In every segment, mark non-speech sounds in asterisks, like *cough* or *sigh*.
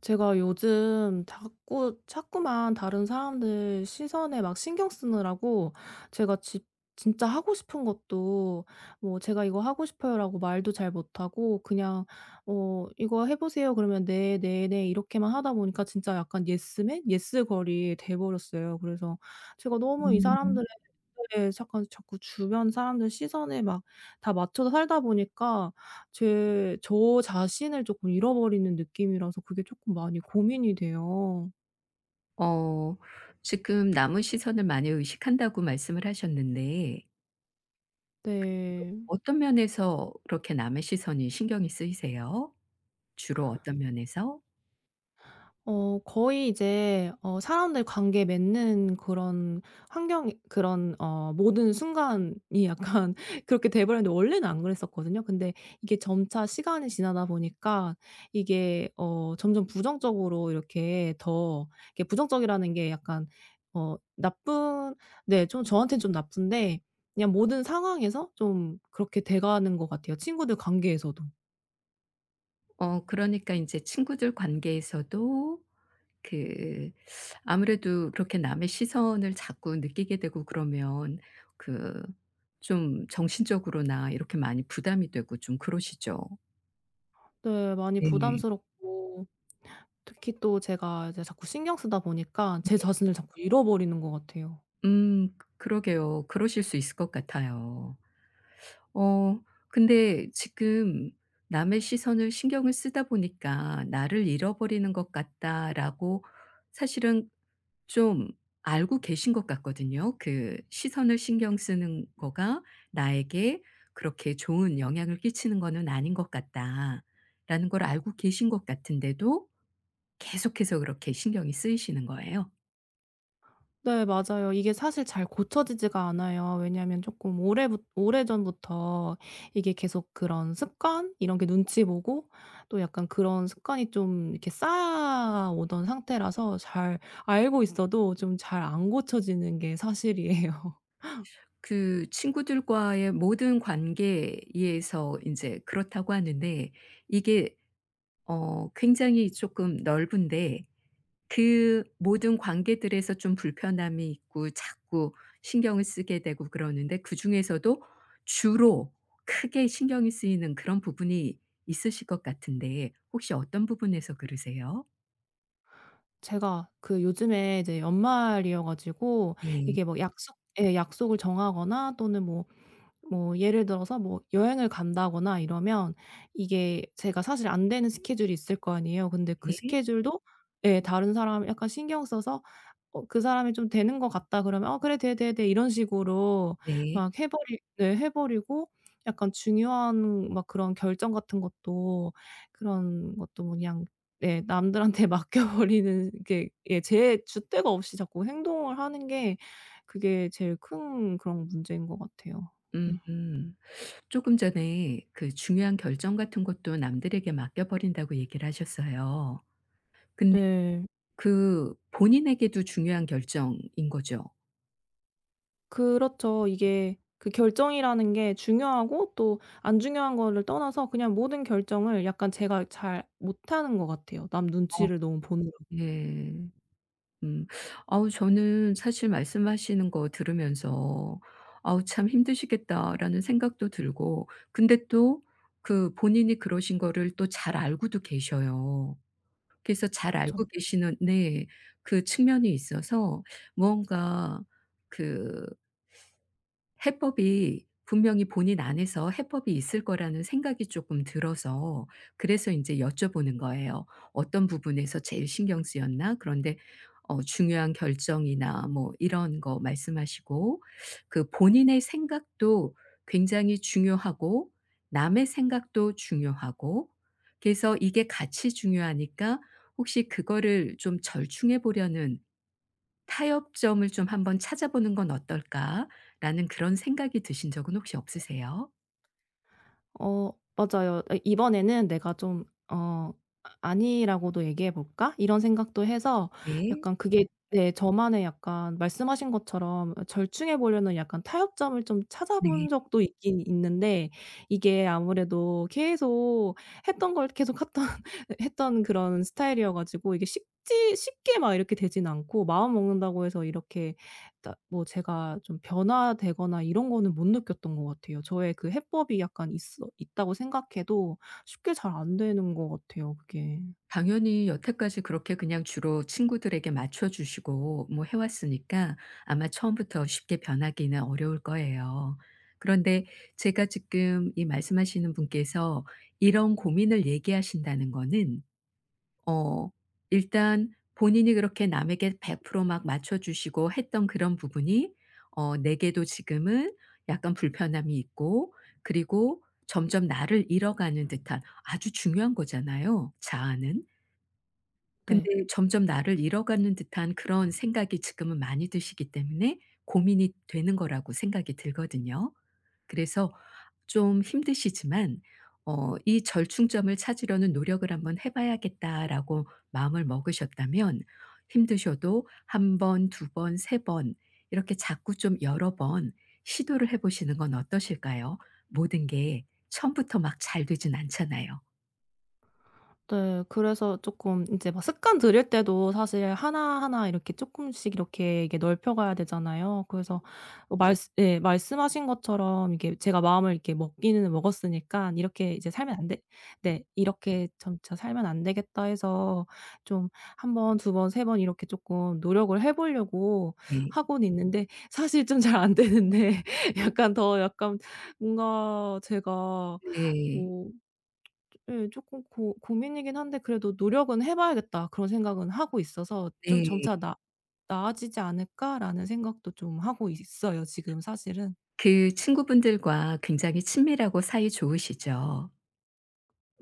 제가 요즘 자꾸 자꾸만 다른 사람들 시선에 막 신경 쓰느라고 제가 지 진짜 하고 싶은 것도 뭐 "제가 이거 하고 싶어요."라고 말도 잘 못하고 그냥 "이거 해 보세요." 그러면 "네, 네, 네." 이렇게만 하다 보니까 진짜 약간 예스맨, 예스걸이 돼 버렸어요. 그래서 제가 너무 이 음. 사람들의. 네. 약 자꾸 주변 사람들 시선에 막 다 맞춰서 살다 보니까 제 저 자신을 쪼끔 잃어버리는 느낌이라서 그게 쪼끔 많이 고민이 돼요. 어 지금 남의 시선을 많이 의식한다고 말씀을 하셨는데 네. 어떤 면에서 그렇게 남의 시선이 신경이 쓰이세요? 주로 어떤 면에서? 거의 이제 사람들 관계 맺는 그런 환경, 그런 모든 순간이 약간 *laughs* 그렇게 돼 버렸는데, 원래는 안 그랬었거든요. 근데 이게 점차 시간이 지나다 보니까 이게 점점 부정적으로 이렇게 더, 이게 부정적이라는 게 약간 나쁜, 네, 좀 저한테는 좀 나쁜데, 그냥 모든 상황에서 좀 그렇게 돼 가는 것 같아요, 친구들 관계에서도. 그러니까 이제 친구들 관계에서도 그 아무래도 그렇게 남의 시선을 자꾸 느끼게 되고 그러면 그 좀 정신적으로나 이렇게 많이 부담이 되고 좀 그러시죠? 네, 많이 네. 부담스럽고, 특히 또 제가 이제 자꾸 신경 쓰다 보니까 제 자신을 자꾸, 네, 잃어버리는 것 같아요. 그러게요. 그러실 수 있을 것 같아요. 어 근데 지금 '남의 시선을 신경을 쓰다 보니까 나를 잃어버리는 것 같다.'라고 사실은 좀 알고 계신 것 같거든요. 그 시선을 신경 쓰는 거가 '나에게 그렇게 좋은 영향을 끼치는 거는 아닌 것 같다.'라는 걸 알고 계신 것 같은데도 계속해서 그렇게 신경이 쓰이시는 거예요. 네, 맞아요. 이게 사실 잘 고쳐지지가 않아요. 왜냐하면 조금 오래부 오래전부터 이게 계속 그런 습관, 이런 게 눈치 보고, 또 약간 그런 습관이 좀 이렇게 쌓아오던 상태라서 잘 알고 있어도 좀 잘 안 고쳐지는 게 사실이에요. *laughs* 그 친구들과의 모든 관계에서 이제 그렇다고 하는데 이게 굉장히 조금 넓은데 그 모든 관계들에서 좀 불편함이 있고 자꾸 신경을 쓰게 되고 그러는데 그중에서도 주로 크게 신경이 쓰이는 그런 부분이 있으실 것 같은데 혹시 어떤 부분에서 그러세요? 제가 그 요즘에 이제 연말이어 가지고 네. 이게 뭐 약속을 정하거나, 또는 뭐 예를 들어서 뭐 여행을 간다거나 이러면, 이게 제가 사실 안 되는 스케줄이 있을 거 아니에요. 근데 그 네. 스케줄도, 예, 다른 사람 약간 신경 써서 그 사람이 좀 되는 것 같다 그러면 "어 그래. 돼, 돼, 돼." 이런 식으로 네. 막 해 버리고, 약간 중요한 막 그런 결정 같은 것도, 그런 것도 뭐 그냥, 예, 남들한테 *laughs* 맡겨 버리는 게, 예, 제 주대가 없이 자꾸 행동을 하는 게, 그게 제일 큰 그런 문제인 것 같아요. 음. 음음. 쪼 전에 그 중요한 결정 같은 것도 남들에게 맡겨 버린다고 얘기를 하셨어요. 근데 네. 그 본인에게도 중요한 결정인 거죠? 그렇죠. 이게 그 결정이라는 게 중요하고 또 안 중요한 거를 떠나서 그냥 모든 결정을 약간 제가 잘 못하는 것 같아요, 남 눈치를 너무 보느라. 네. 음. 아우 저는 사실 말씀하시는 거 들으면서 '아우 참 힘드시겠다.'라는 생각도 들고 근데 또 그 본인이 그러신 거를 또 잘 알고도 계셔요. 그래서 잘 알고 계시는 네. 그 측면이 있어서 무언가 그 해법이 분명히 본인 안에서 해법이 있을 거라는 생각이 쪼끔 들어서 그래서 인제 여쭤보는 거예요. "어떤 부분에서 제일 신경 쓰였나?" 그런데 중요한 결정이나 뭐 이런 거 말씀하시고 그 본인의 생각도 굉장히 중요하고 남의 생각도 중요하고 그래서 이게 같이 중요하니까 혹시 그거를 좀 절충해 보려는 타협점을 좀 한번 찾아보는 건 어떨까.'라는 그런 생각이 드신 적은 혹시 없으세요? 어 맞아요. 이번에는 '내가 좀 어 아니라고도 얘기해 볼까?' 이런 생각도 해서, 네. 약간 그게, 네, 저만의 약간, 말씀하신 것처럼 절충해 보려는 약간 타협점을 좀 찾아본 네. 적도 있긴 있는데, 이게 아무래도 계속 했던 걸 계속 했던 *laughs* 했던 그런 스타일이어 가지고, 이게 쉽지 쉽게 막 이렇게 되진 않고, 마음 먹는다고 해서 이렇게 따 뭐 제가 좀 변화되거나 이런 거는 못 느꼈던 것 같아요. 저의 그 해법이 약간 있어 있다고 생각해도 쉽게 잘 안 되는 것 같아요, 그게. 당연히 여태까지 그렇게 그냥 주로 친구들에게 맞춰 주시고 뭐 해 왔으니까 아마 처음부터 쉽게 변하기는 어려울 거예요. 그런데 제가 지금 이 말씀하시는 분께서 이런 고민을 얘기하신다는 거는 어 일단 본인이 그렇게 남에게 100% 막 맞춰 주시고 했던 그런 부분이 내게도 지금은 약간 불편함이 있고 그리고 점점 나를 잃어가는 듯한 아주 중요한 거잖아요, 자아는. 근데 네. 점점 나를 잃어가는 듯한 그런 생각이 지금은 많이 드시기 때문에 고민이 되는 거라고 생각이 들거든요. 그래서 좀 힘드시지만 이 절충점을 찾으려는 노력을 한번 해 봐야겠다라고 마음을 먹으셨다면 힘드셔도 한 번, 두 번, 세 번 이렇게 자꾸 좀 여러 번 시도를 해 보시는 건 어떠실까요? 모든 게 처음부터 막 잘 되진 않잖아요. 네. 그래서 쪼끔 인제 막 습관 들일 때도 사실 하나하나 이렇게 쪼끔씩 이렇게 이게 넓혀 가야 되잖아요. 그래서 어 말쓰 예 말씀하신 것처럼 이게 제가 마음을 이렇게 먹기는 먹었으니깐, '이렇게 이제 살면 안 돼 네 이렇게 점차 살면 안 되겠다.' 해서 좀 한 번, 두 번, 세 번 이렇게 쪼끔 노력을 해 보려고 예. 하고는 있는데, 사실 좀 잘 안 되는데 *laughs* 약간 더 약간 뭔가 제가 네. 네. 뭐, 예, 쪼끔 고 고민이긴 한데 그래도 '노력은 해 봐야겠다.' 그런 생각은 하고 있어서, 좀 네. '점차 나 나아지지 않을까?'라는 생각도 좀 하고 있어요, 지금 사실은. 그 친구분들과 굉장히 친밀하고 사이 좋으시죠?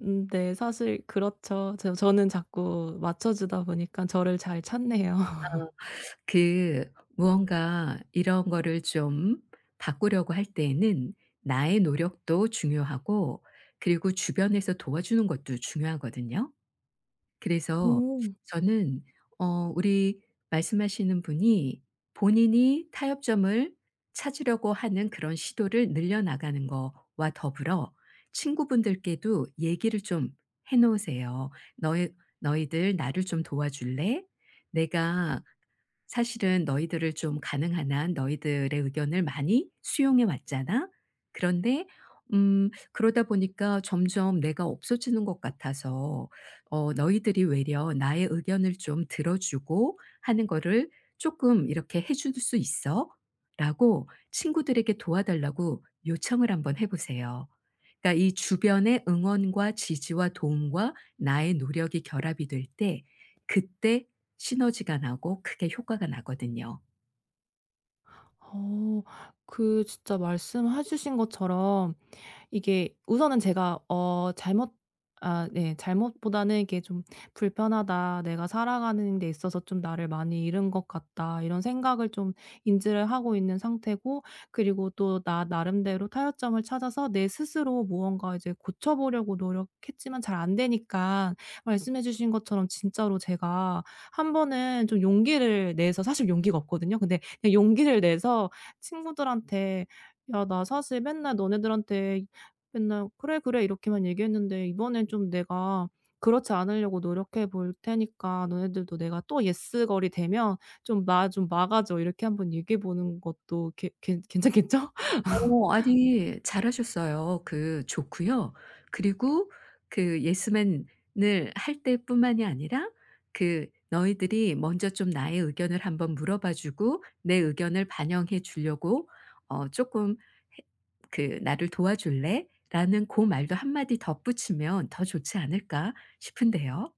음, 네. 사실 그렇죠. 저는 자꾸 맞춰 주다 보니까 저를 잘 찾네요. 그 무언가 이런 거를 좀 바꾸려고 할 때에는 나의 노력도 중요하고 그리고 주변에서 도와주는 것도 중요하거든요. 그래서 오. 저는 우리 말씀하시는 분이 본인이 타협점을 찾으려고 하는 그런 시도를 늘려나가는 거와 더불어 친구분들께도 얘기를 좀 해 놓으세요. 너희들 나를 좀 도와줄래? 내가 사실은 너희들을 좀 가능한 한 너희들의 의견을 많이 수용해 왔잖아. 그런데 그러다 보니까 점점 내가 없어지는 것 같아서 너희들이 외려 나의 의견을 좀 들어 주고 하는 거를 조금 이렇게 해줄 수 있어?" 라고 친구들에게 도와달라고 요청을 한번 해 보세요. 그러니까 이 주변의 응원과 지지와 도움과 나의 노력이 결합이 될 때 그때 시너지가 나고 크게 효과가 나거든요. 어. 그 진짜 말씀해 주신 것처럼 이게 우선은 제가 어 잘못 아 네 잘못보다는 이게 좀 '불편하다. 내가 살아가는 데 있어서 좀 나를 많이 잃은 것 같다.' 이런 생각을 좀 인지를 하고 있는 상태고, 그리고 또 나 나름대로 타협점을 찾아서 내 스스로 무언가 이제 고쳐 보려고 노력했지만 잘 안 되니까, 말씀해 주신 것처럼 진짜로 제가 한 번은 좀 용기를 내서, 사실 용기가 없거든요. 근데 그냥 용기를 내서 친구들한테 "야, 나 사실 맨날 너네들한테 맨날 '그래, 그래.' 이렇게만 얘기했는데 이번엔 좀 내가 그렇지 않으려고 노력해 볼 테니까, 너네들도 내가 또 예스걸이 되면 좀 나 좀 막아줘." 이렇게 한번 얘기해 보는 것도 괜 괜 괜찮겠죠? *laughs* 어. 아니 잘하셨어요. 그 좋고요. 그리고 그 예스맨을 할 때뿐만이 아니라 그 너희들이 먼저 좀 나의 의견을 한번 물어봐 주고 내 의견을 반영해 주려고 "쪼끔 그 나를 도와줄래?" 라는 고 말도 한 마디 덧붙이면 더 좋지 않을까 싶은데요.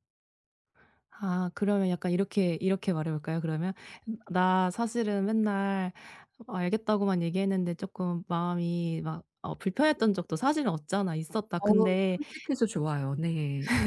아, 그러면 약간 이렇게 말해 볼까요, 그러면? "나 사실은 맨날 알겠다고만 얘기했는데 쪼끔 마음이 막 불편했던 적도 사실은 없잖아. 있었다. 어 근데." 솔직해서 좋아요. 네.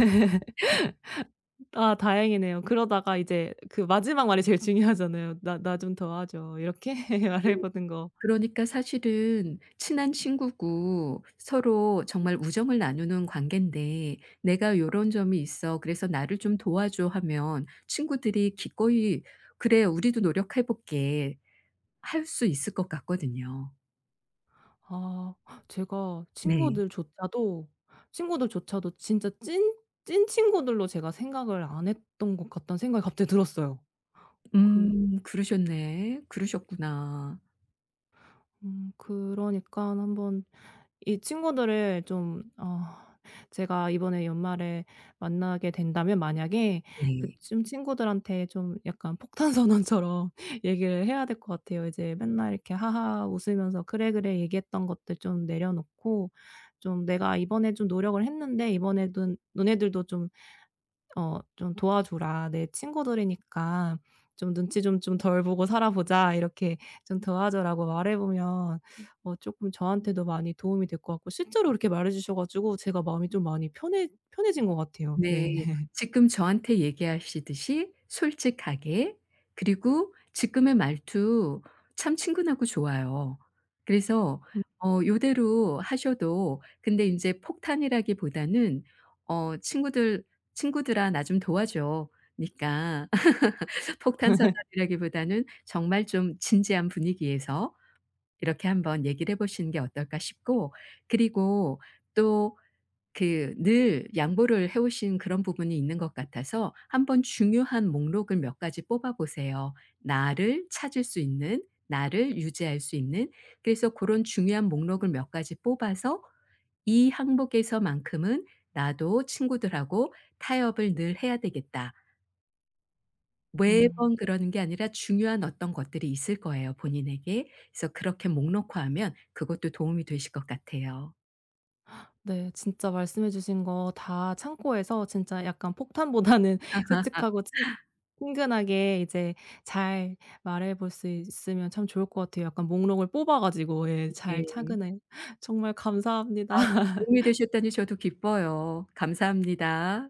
아, 다행이네요. 그러다가 이제 그 마지막 말이 제일 중요하잖아요. "나 나 좀 도와줘." 이렇게 *laughs* 말해 네. 보는 거. 그러니까 사실은 친한 친구고 서로 정말 우정을 나누는 관계인데 "내가 요런 점이 있어. 그래서 나를 좀 도와줘." 하면 친구들이 기꺼이 "그래. 우리도 노력해 볼게." 할 수 있을 것 같거든요. 아, 제가 네. 친구들조차도 진짜 찐 친구들로 제가 생각을 안 했던 것 같다는 생각이 갑자기 들었어요. 그 음. 그러셨네. 그러셨구나. 그러니까 한번 이 친구들을 좀, 제가 이번에 연말에 만나게 된다면, 만약에 그 네. 쯤 친구들한테 좀 약간 폭탄 선언처럼 *laughs* 얘기를 해야 될 것 같아요. 이제 맨날 이렇게 하하 웃으면서 "그래, 그래." 얘기했던 것들 좀 내려놓고, 좀 "내가 이번에 좀 노력을 했는데, 이번에도 너네들도 좀 좀 도와줘라. 내 친구들이니까 좀 눈치 좀 덜 보고 살아보자. 이렇게 좀 도와줘."라고 말해보면 조금 저한테도 많이 도움이 될 것 같고, 실제로 이렇게 말해 주셔 가지고 제가 마음이 좀 많이 편해진 것 같아요. 네. 네. 지금 저한테 얘기하시듯이 솔직하게 그리고 지금의 말투 참 친근하고 좋아요. 그래서 요대로 하셔도 근데 인제 폭탄이라기보다는 어 "친구들 친구들아 나 좀 도와줘." 니까 *laughs* 폭탄 *laughs* 선언이라기보다는 정말 좀 진지한 분위기에서 이렇게 한번 얘기를 해 보시는 게 어떨까 싶고 그리고 또 그 늘 양보를 해 오신 그런 부분이 있는 것 같아서 한번 중요한 목록을 몇 가지 뽑아 보세요. 나를 찾을 수 있는, 나를 유지할 수 있는 그래서 그런 중요한 목록을 몇 가지 뽑아서 이 항목에서만큼은 '나도 친구들하고 타협을 늘 해야 되겠다.' 음. 매번 그러는 게 아니라 중요한 어떤 것들이 있을 거예요, 본인에게. 그래서 그렇게 목록화하면 그것도 도움이 되실 것 같아요. 네. 진짜 말씀해 주신 거 다 참고해서 진짜 약간 폭탄보다는 *laughs* 솔직하고 *laughs* 친 친근하게 이제 잘 말해 볼 수 있으면 참 좋을 것 같아요. 약간 목록을 뽑아 가지고, 예, 잘 차 네. 근해 *laughs* 정말 감사합니다. 도움이 되셨다니 저도 기뻐요. 감사합니다.